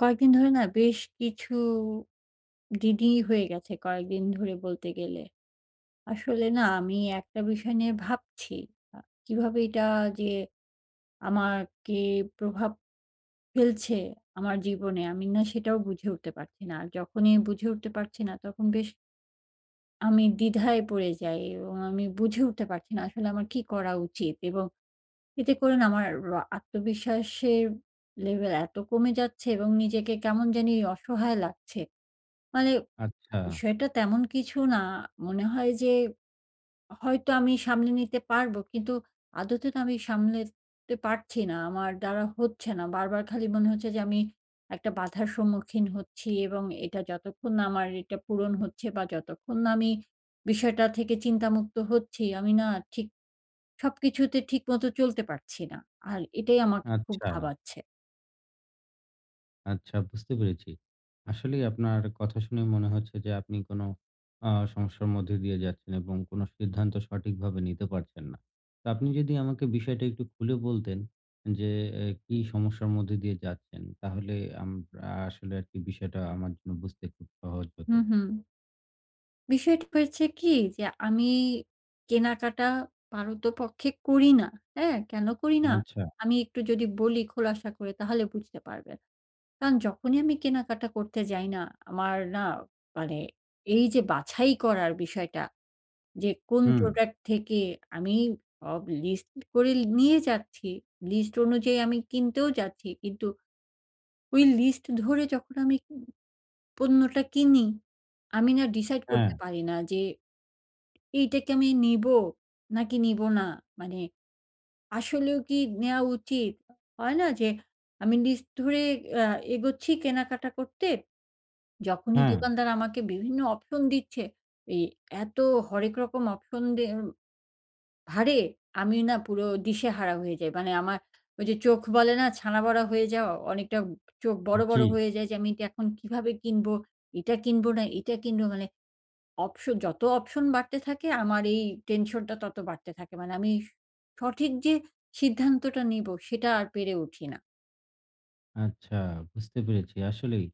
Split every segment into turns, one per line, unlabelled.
কয়েকদিন ধরে বেশ কিছু দিনই হয়ে গেছে কয়েকদিন ধরে বলতে গেলে। আসলে আমি একটা বিষয় নিয়ে ভাবছি। আ কিভাবে এটা যে আমাকে প্রভাব ফেলছে আমার জীবনে আমি সেটাও বুঝে উঠতে পারছি না। আর যখনই বুঝে উঠতে পারছি না তখন আমি দ্বিধায় পড়ে যাই এবং আমি বুঝে উঠতে পারছি না আসলে আমার কি করা উচিত? এবং এতে করে আমার আত্মবিশ্বাসের লেভেল এত কমে যাচ্ছে এবং নিজেকে কেমন জানি অসহায় লাগছে। মানে
আচ্ছা,
বিষয়টা তেমন কিছু না। মনে হয় যে হয়তো আমি সামলে নিতে পারবো। কিন্তু আদতে তো আমি সামলাতে পারছি না। আমার দ্বারা হচ্ছে না। বারবার খালি মনে হচ্ছে যে আমি একটা বাধার সম্মুখীন হচ্ছি এবং এটা যতক্ষণ না আমার এটা পূরণ হচ্ছে বা যতক্ষণ না আমি বিষয়টা থেকে চিন্তামুক্ত হচ্ছি, আমি ঠিক সবকিছুতে ঠিকমতো চলতে পারছি না। আর এটাই আমাকে খুব
আচ্ছা,
ভাবাচ্ছে।
আচ্ছা, বুঝতে পেরেছি। আসলেই আপনার কথা শুনে মনে হচ্ছে যে আপনি কোনো সমস্যার মধ্যে দিয়ে যাচ্ছেন এবং কোনো সিদ্ধান্ত সঠিকভাবে নিতে পারছেন না। তো আপনি যদি আমাকে বিষয়টা একটু খুলে বলতেন যে কি সমস্যার মধ্যে দিয়ে যাচ্ছেন? তাহলে আমরা আসলে আরকি বিষয়টা আমার জন্য বুঝতে খুব সহজ হতো।
হুম, হুম। বিষয়টা হয়েছে কি যে আমি কেনাকাটা পারতপক্ষে করি না। হ্যাঁ? কেন করি না?
আচ্ছা।
আমি একটু যদি বলি খোলাসা করে তাহলে বুঝতে পারবেন। কারণ যখনই আমি কেনাকাটা করতে যাই আমার মানে এই যে বাছাই করার বিষয়টা যে কোন
হুম।
প্রোডাক্ট থেকে আমি সব লিস্ট করে নিয়ে যাচ্ছি, লিস্ট অনুযায়ী আমি কিনতেও যাচ্ছি। কিন্তু ওই লিস্ট ধরে যখন আমি পণ্যটা কিনি, আমি ডিসাইড
হ্যাঁ,
করতে পারি না যে এইটা কি আমি নিবো নাকি নিবো না? মানে আসলেও কি নেয়া উচিত? হয় না যে আমি লিস্ট ধরে আ এগোচ্ছি কেনাকাটা করতে। যখনই
হ্যাঁ।
দোকানদার আমাকে বিভিন্ন অপশন দিচ্ছে, এই এত হরেক রকম অপশন ভারে আমি পুরো দিশেহারা হয়ে যাই। মানে আমার ওই যে চোখ বলে না ছানা বড়া হয়ে যাওয়া, অনেকটা চোখ বড়, বড়
জি।
হয়ে যায় যে আমি এটা এখন কিভাবে কিনবো? এটা কিনবো না এটা কিনবো মানে যত অপশন বাড়তে থাকে আমার এই টেনশনটা তত বাড়তে থাকে। মানে আমি সঠিক যে সিদ্ধান্তটা নিব সেটা আর পেরে উঠি না।
আচ্ছা, বুঝতে পেরেছি। আসলেই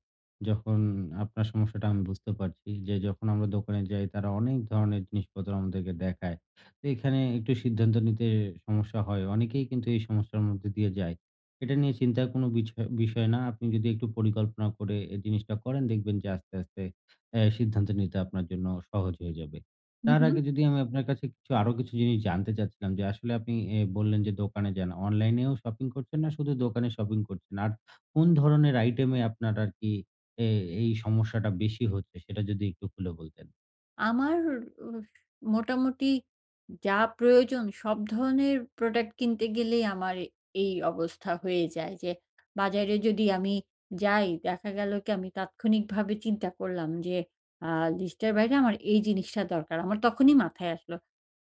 যখন আপনার সমস্যাটা আমি বুঝতে পারছি যে, যখন আমরা দোকানে যাই তারা অনেক ধরনের জিনিসপত্র আমাদেরকে দেখায়। তো এখানে একটু সিদ্ধান্ত নিতে সমস্যা হয়। অনেকেই কিন্তু এই সমস্যার মধ্যে দিয়ে যায়। এটা নিয়ে চিন্তার কোনো বিষয় না। আপনি যদি একটু পরিকল্পনা করে এই জিনিসটা করেন দেখবেন যে আস্তে, আস্তে সিদ্ধান্ত নিতে আপনার জন্য সহজ হয়ে যাবে।
হু,
তার
হু।
আগে যদি আমি আপনার কাছে আরো কিছু জিনিস জানতে চাচ্ছিলাম যে, আসলে আপনি বললেন যে দোকানে যান। অনলাইনেও শপিং করছেন না শুধু দোকানে শপিং করছেন? আর কোন ধরনের আইটেমে আপনার আরকি এ এই সমস্যাটা বেশি হচ্ছে সেটা যদি একটু খুলে বলতেন।
আমার উস মোটামুটি যা প্রয়োজন সব ধরনের প্রোডাক্ট কিনতে গেলেই আমার এই অবস্থা হয়ে যায় যে, বাজারে যদি আমি যাই, দেখা গেল কি আমি তাৎক্ষণিকভাবে চিন্তা করলাম যে, আ লিস্টের বাইরে আমার এই জিনিসটা দরকার। আমার তখনই মাথায় আসলো।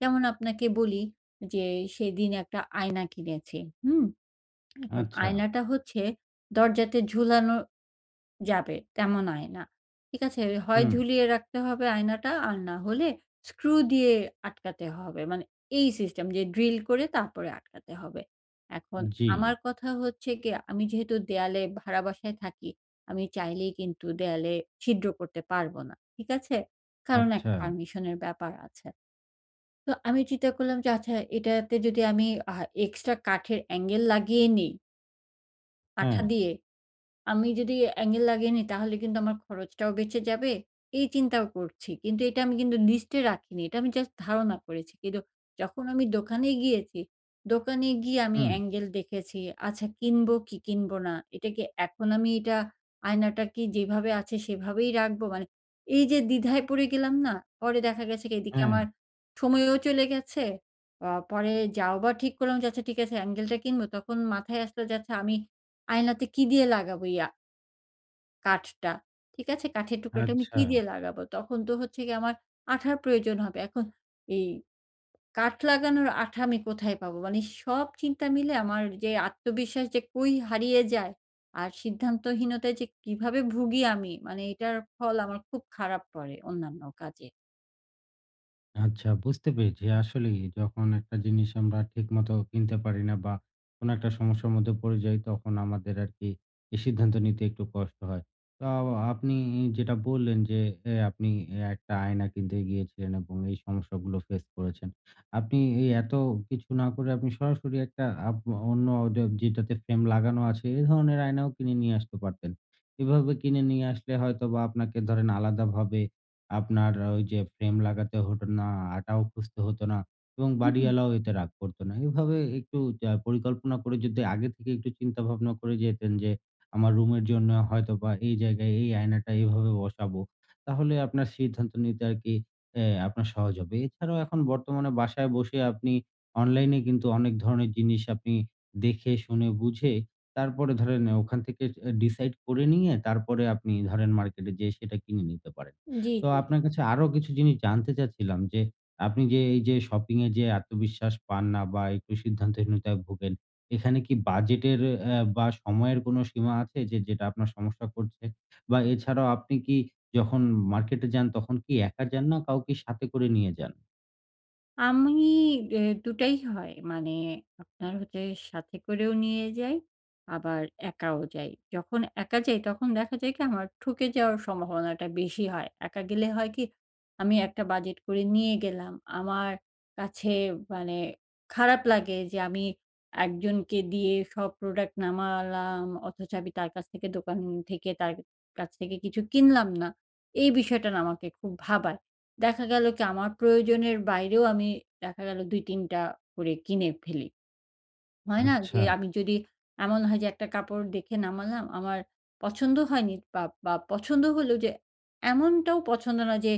যেমন আপনাকে বলি যে, সেদিন একটা আয়না কিনেছি। হুম? এখন
আচ্ছা।
আয়নাটা হচ্ছে দরজাতে ঝুলানো যাবে তেমন আয়না। ঠিক আছে? হয়
হুম।
ঝুলিয়ে রাখতে হবে আয়নাটা আর না হলে স্ক্রু দিয়ে আটকাতে হবে। মানে এই সিস্টেম যে ড্রিল করে তারপরে আটকাতে হবে। এখন
জি।
আমার কথা হচ্ছে গিয়ে আমি যেহেতু দেয়ালে ভাড়া বাসায় থাকি, আমি চাইলেই কিন্তু দেয়ালে ছিদ্র করতে পারব না। ঠিক আছে? কারণ একটা
আচ্ছা।
পারমিশন এর ব্যাপার আছে। তো আমি চিন্তা করলাম যে আচ্ছা এটাতে যদি আমি আ এক্সট্রা কাঠের অ্যাঙ্গেল লাগিয়ে নেই আঠা
হ্যাঁ।
দিয়ে আমি যদি অ্যাঙ্গেল লাগিয়ে নিই তাহলে কিন্তু আমার খরচটাও বেঁচে যাবে। এই চিন্তাও করছি। কিন্তু এটা আমি কিন্তু লিস্টে রাখিনি। এটা আমি জাস্ট ধারণা করেছি। কিন্তু যখন আমি দোকানে গিয়েছি, দোকানে গিয়ে আমি
হুম।
অ্যাঙ্গেল দেখেছি। আচ্ছা কিনবো কি কিনবো না? এটা কি এখন আমি এটা আয়নাটা কি যেভাবে আছে সেভাবেই রাখবো? মানে এই যে দ্বিধায় পড়ে গেলাম না? পরে দেখা গেছে কি এদিকে
হ্যাঁ।
আমার সময়ও চলে গেছে। পরে যাও বা ঠিক করলাম যে আচ্ছা ঠিক আছে অ্যাঙ্গেলটা কিনবো। তখন মাথায় আসলো যে আচ্ছা আমি আয়নাতে কি দিয়ে লাগাবো এই কাঠটা। ঠিক আছে? কাঠের টুকরাটা আমি
আচ্ছা।
কি দিয়ে লাগাবো? তখন তো হচ্ছে গিয়ে আমার আঠার প্রয়োজন হবে। এখন এই কাঠ লাগানোর আঠা আমি কোথায় পাবো? মানে সব চিন্তা মিলে আমার যে আত্মবিশ্বাস যে কই হারিয়ে যায় আর সিদ্ধান্তহীনতায় যে কিভাবে ভুগি আমি মানে এটার ফল আমার খুব খারাপ পড়ে অন্যান্য কাজে।
আচ্ছা, বুঝতে পেরেছি। আসলেই যখন একটা জিনিস আমরা ঠিকমতো কিনতে পারি না বা কোন একটা সমস্যার মধ্যে পড়ে যাই তখন আমাদের আরকি এই সিদ্ধান্ত নিতে একটু কষ্ট হয়। তো আপনি যেটা বললেন যে আপনি একটা আয়না কিনতে গিয়েছিলেন এবং এই সমস্যাগুলো ফেস করেছেন। আপনি এই এত কিছু না করে আপনি সরাসরি একটা অন্য যে যেটাতে ফ্রেম লাগানো আছে এ ধরনের আয়নাও কিনে নিয়ে আসতে পারতেন। এভাবে কিনে নিয়ে আসলে হয়তোবা আপনাকে ধরেন আলাদাভাবে আপনার ওই যে ফ্রেম লাগাতে হতো না, আটাও খুঁজতে হতো না এবং
হুম, হুম।
বাড়িওয়ালাও এতে রাগ করতো না। এভাবে একটু পরিকল্পনা করে যদি আগে থেকে একটু চিন্তা ভাবনা করে যেতেন যে, আমার রুমের জন্য হয়তোবা এই জায়গায় এই আয়নাটা এভাবে বসাবো। তাহলে আপনার সিদ্ধান্ত নিতে আরকি আপনার সহজ হবে। এছাড়াও এখন বর্তমানে বাসায় বসে আপনি অনলাইনে কিন্তু অনেক ধরনের জিনিস আপনি দেখে শুনে বুঝে তারপরে ধরেন ওখান থেকে ডিসাইড করে নিয়ে তারপরে আপনি ধরেন মার্কেটে যেয়ে সেটা কিনে নিতে পারেন।
জি,
তো
জি।
আপনার কাছে আরো কিছু জিনিস জানতে চাচ্ছিলাম যে, আপনি যে এই যে শপিং এ যে আত্মবিশ্বাস পান না বা একটু সিদ্ধান্তহীনতায় ভোগেন, এখানে কি বাজেটের বা সময়ের কোনো সীমা আছে যে যেটা আপনার সমস্যা করছে? বা এছাড়াও আপনি কি যখন মার্কেটে যান তখন কি একা যান না কাউকে সাথে করে নিয়ে যান?
আমি ২ টাই হয়। মানে আপনার হচ্ছে সাথে করেও নিয়ে যাই, আবার একাও যাই। যখন একা যাই তখন দেখা যায় কি আমার ঠকে যাওয়ার সম্ভাবনাটা বেশি হয়। একা গেলে হয় কি আমি একটা বাজেট করে নিয়ে গেলাম। আমার কাছে মানে খারাপ লাগে যে আমি একজনকে দিয়ে সব প্রোডাক্ট নামালাম অথচ আমি তার কাছ থেকে দোকান থেকে তার কাছ থেকে কিছু কিনলাম না। এই বিষয়টা আমাকে খুব ভাবায়। দেখা গেল কি আমার প্রয়োজনের বাইরেও আমি দেখা গেল ২-৩ টা করে কিনে ফেলি। হয় না? যে
আচ্ছা,
আমি যদি এমন হয় যে একটা কাপড় দেখে নামালাম, আমার পছন্দ হয়নি বা বা পছন্দ হলেও যে এমনটাও পছন্দ না যে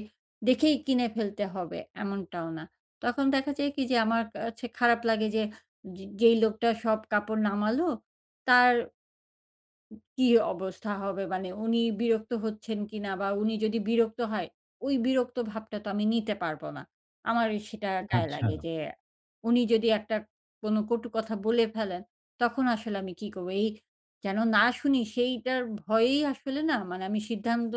দেখেই কিনে ফেলতে হবে, এমনটাও না। তখন দেখা যায় কি যে আমার কাছে খারাপ লাগে যে যে যেই লোকটা সব কাপড় নামালো তার কি অবস্থা হবে? মানে উনি বিরক্ত হচ্ছেন কিনা বা উনি যদি বিরক্ত হয়, ওই বিরক্ত ভাবটা তো আমি নিতে পারব না। আমার সেটা গায়ে
আচ্ছা,
লাগে যে উনি যদি একটা কোনো কটু কথা বলে ফেলেন, তখন আসলে আমি কি করব? এই যেন না শুনি সেইটার ভয়েই আসলে মানে আমি সিদ্ধান্ত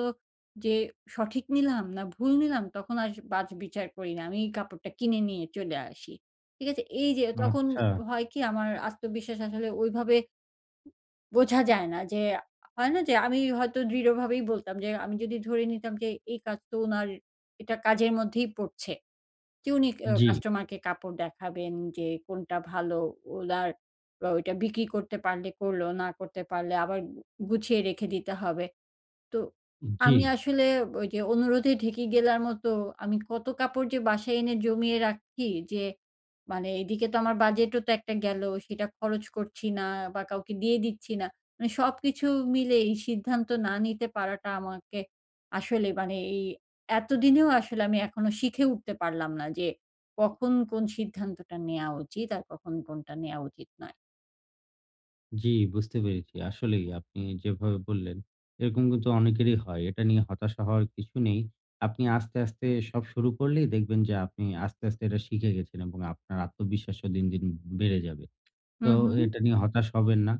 যে সঠিক নিলাম না ভুল নিলাম তখন আর বাছবিচার করি না। আমি কাপড়টা কিনে নিয়ে চলে আসি। ঠিক আছে? এই যে তখন
আচ্ছা।
হয় কি আমার আত্মবিশ্বাস আসলে ওইভাবে বোঝা যায় না যে হয় না যে আমি হয়তো দৃঢ়ভাবেই বলতাম যে আমি যদি ধরে নিতাম যে এই কাজ তো উনার এটা কাজের মধ্যেই পড়ছে। যে উনি
জি,
কাস্টমারকে কাপড় দেখাবেন যে কোনটা ভালো ওনার ওইটা বিক্রি করতে পারলে করলো, না করতে পারলে আবার গুছিয়ে রেখে দিতে হবে। তো
জি।
আমি আসলে ওই যে অনুরোধে ঢেঁকি গেলার মতো আমি কত কাপড় যে বাসায় এনে জমিয়ে রাখি যে মানে এদিকে তো আমার বাজেটও তো একটা গেল সেটা খরচ করছি না বা কাউকে দিয়ে দিচ্ছি না। মানে সবকিছু মিলে এই সিদ্ধান্ত না নিতে পারাটা আমাকে আসলে মানে এই এতদিনেও আসলে আমি এখনো শিখে উঠতে পারলাম না যে কখন কোন সিদ্ধান্তটা নেওয়া উচিত আর কখন কোনটা নেওয়া উচিত নয়।
জি, বুঝতে পেরেছি। আসলেই আপনি যেভাবে বললেন, এরকম কিন্তু অনেকেরই হয়। এটা নিয়ে হতাশা হওয়ার কিছু নেই। আপনি আস্তে, আস্তে সব শুরু করলেই দেখবেন যে আপনি আস্তে, আস্তে এটা শিখে গেছেন এবং আপনার আত্মবিশ্বাসও দিন, দিন বেড়ে যাবে। তো
হুম, হুম।
এটা নিয়ে হতাশ হবেন না।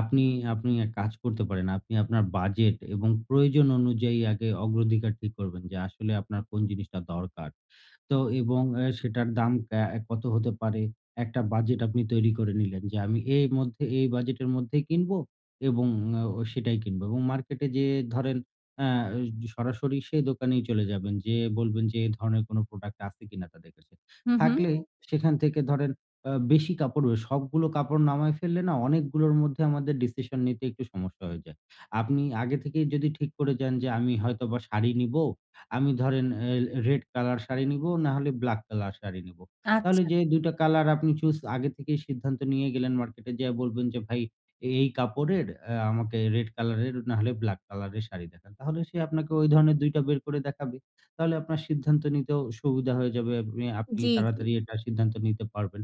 আপনি আপনি এক কাজ করতে পারেন। আপনি আপনার বাজেট এবং প্রয়োজন অনুযায়ী আগে অগ্রাধিকার ঠিক করবেন যে আসলে আপনার কোন জিনিসটা দরকার। তো এবং সেটার দাম কত হতে পারে? একটা বাজেট আপনি তৈরি করে নিলেন যে আমি এর মধ্যে এই বাজেটের মধ্যেই কিনবো এবং ও সেটাই কিনবো এবং মার্কেটে যেয়ে ধরেন আ সরাসরি সেই দোকানেই চলে যাবেন। যেয়ে বলবেন যে এ ধরনের কোন প্রোডাক্ট আছে কিনা তাদের কাছে।
হুম, হুম।
থাকলে সেখান থেকে ধরেন আ বেশি কাপড় বের সবগুলো কাপড় নামায় ফেললে না অনেকগুলোর মধ্যে আমাদের ডিসিশন নিতে একটু সমস্যা হয়ে যায়। আপনি আগে থেকেই যদি ঠিক করে যান যে আমি হয়তোবা শাড়ি নিবো, আমি ধরেন রেড কালার শাড়ি নিবো না হলে ব্লাক কালার শাড়ি নিবো। তাহলে
আচ্ছা।
যে ২ টা কালার আপনি আগে থেকেই সিদ্ধান্ত নিয়ে গেলেন মার্কেটে যেয়ে বলবেন যে ভাই এই কাপড়ের আমাকে রেড কালারের না হলে ব্লাক কালারের শাড়ি দেখান। তাহলে সে আপনাকে ওই ধরনের ২ টা বের করে দেখাবে। তাহলে আপনার সিদ্ধান্ত নিতেও সুবিধা হয়ে যাবে। আপনি আপনি
জি, জি।
তাড়াতাড়ি এটা সিদ্ধান্ত নিতে পারবেন।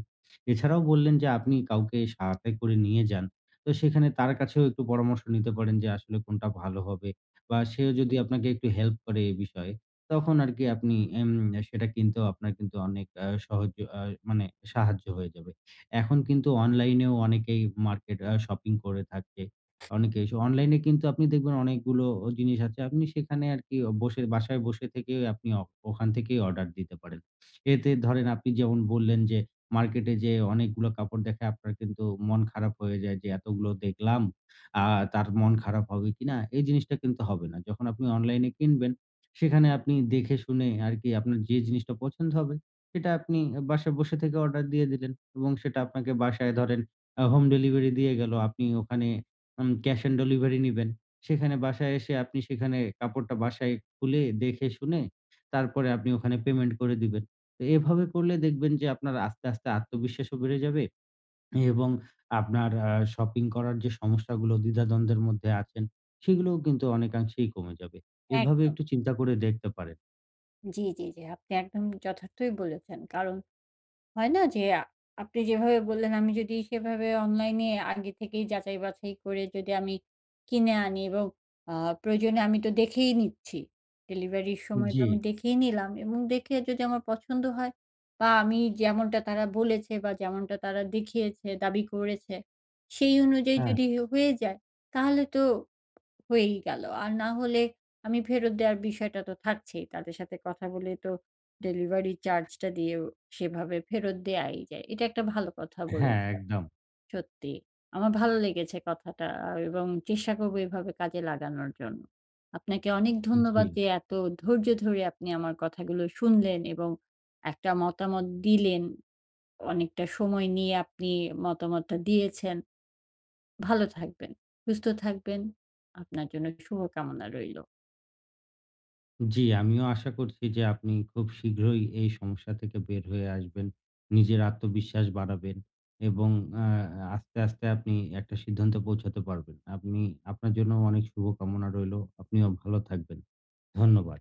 এছাড়াও বললেন যে আপনি কাউকে সাথে করে নিয়ে যান। তো সেখানে তার কাছেও একটু পরামর্শ নিতে পারেন যে আসলে কোনটা ভালো হবে বা সেও যদি আপনাকে একটু হেল্প করে এ বিষয়ে, তখন আরকি আপনি এম সেটা কিনতেও আপনার কিন্তু অনেক সহজ আ মানে সাহায্য হয়ে যাবে। এখন কিন্তু অনলাইনেও অনেকেই মার্কেট আ শপিং করে থাকে। অনেকেই অনলাইনে কিন্তু আপনি দেখবেন অনেকগুলো জিনিস আছে। আপনি সেখানে আরকি বাসায় বসে থেকে আপনি ওখান থেকেই অর্ডার দিতে পারেন। এতে ধরেন আপনি যেমন বললেন যে মার্কেটে যেয়ে অনেকগুলো কাপড় দেখে আপনার কিন্তু মন খারাপ হয়ে যায় যে এতগুলো দেখলাম, আ তার মন খারাপ হবে কিনা? এই জিনিসটা কিন্তু হবে না। যখন আপনি অনলাইনে কিনবেন, সেখানে আপনি দেখে শুনে আরকি আপনার যে জিনিসটা পছন্দ হবে, সেটা আপনি বাসায় বসে থেকে অর্ডার দিয়ে দিলেন এবং সেটা আপনাকে বাসায় ধরেন হোম ডেলিভারি দিয়ে গেল। আপনি ওখানে ক্যাশ অন ডেলিভারি নিবেন। সেখানে বাসায় এসে আপনি সেখানে কাপড়টা বাসায় খুলে দেখে শুনে তারপরে আপনি ওখানে পেমেন্ট করে দিবেন। তো এভাবে করলে দেখবেন যে আপনার আস্তে, আস্তে আত্মবিশ্বাসও বেড়ে যাবে এবং আপনার শপিং করার যে সমস্যাগুলো, দ্বিধাদ্বন্দ্বের মধ্যে আছেন, সেগুলোও কিন্তু অনেকাংশেই কমে যাবে। এভাবে
একদম।
একটু চিন্তা করে দেখতে পারেন।
জি, জি, জি। আপনি একদম যথার্থই বলেছেন। কারণ হয় না যে আপনি যেভাবে বললেন আমি যদি সেভাবে অনলাইনে আগে থেকেই যাচাই-বাছাই করে যদি আমি কিনে আনি এবং আ প্রয়োজনে আমি তো দেখেই নিচ্ছি। ডেলিভারির সময় তো
জি,
আমি দেখেই নিলাম এবং দেখে যদি আমার পছন্দ হয় বা আমি যেমনটা তারা বলেছে বা যেমনটা তারা দেখিয়েছে, দাবি করেছে সেই অনুযায়ী
হ্যাঁ,
যদি হয়ে যায় তাহলে তো হয়েই গেল। আর না হলে আমি ফেরত দেওয়ার বিষয়টা তো থাকছেই। তাদের সাথে কথা বলে তো ডেলিভারি চার্জটা দিয়েও সেভাবে ফেরত দেয়াই যায়। এটা একটা ভালো কথা
হ্যাঁ,
বলেছেন,
একদম।
সত্যি। আমার ভালো লেগেছে কথাটা এবং চেষ্টা করব এভাবে কাজে লাগানোর জন্য। আপনাকে অনেক
জি,
ধন্যবাদ যে এত ধৈর্য ধরে আপনি আমার কথাগুলো শুনলেন এবং একটা মতামত দিলেন। অনেকটা সময় নিয়ে আপনি মতামতটা দিয়েছেন। ভালো থাকবেন, সুস্থ থাকবেন। আপনার জন্য শুভকামনা রইল।
জি, আমিও আশা করছি যে আপনি খুব শীঘ্রই এই সমস্যা থেকে বের হয়ে আসবেন। নিজের আত্মবিশ্বাস বাড়াবেন এবং আ আস্তে, আস্তে আপনি একটা সিদ্ধান্তে পৌঁছাতে পারবেন। আপনার জন্য অনেক শুভকামনা রইলো। আপনিও ভালো থাকবেন। ধন্যবাদ।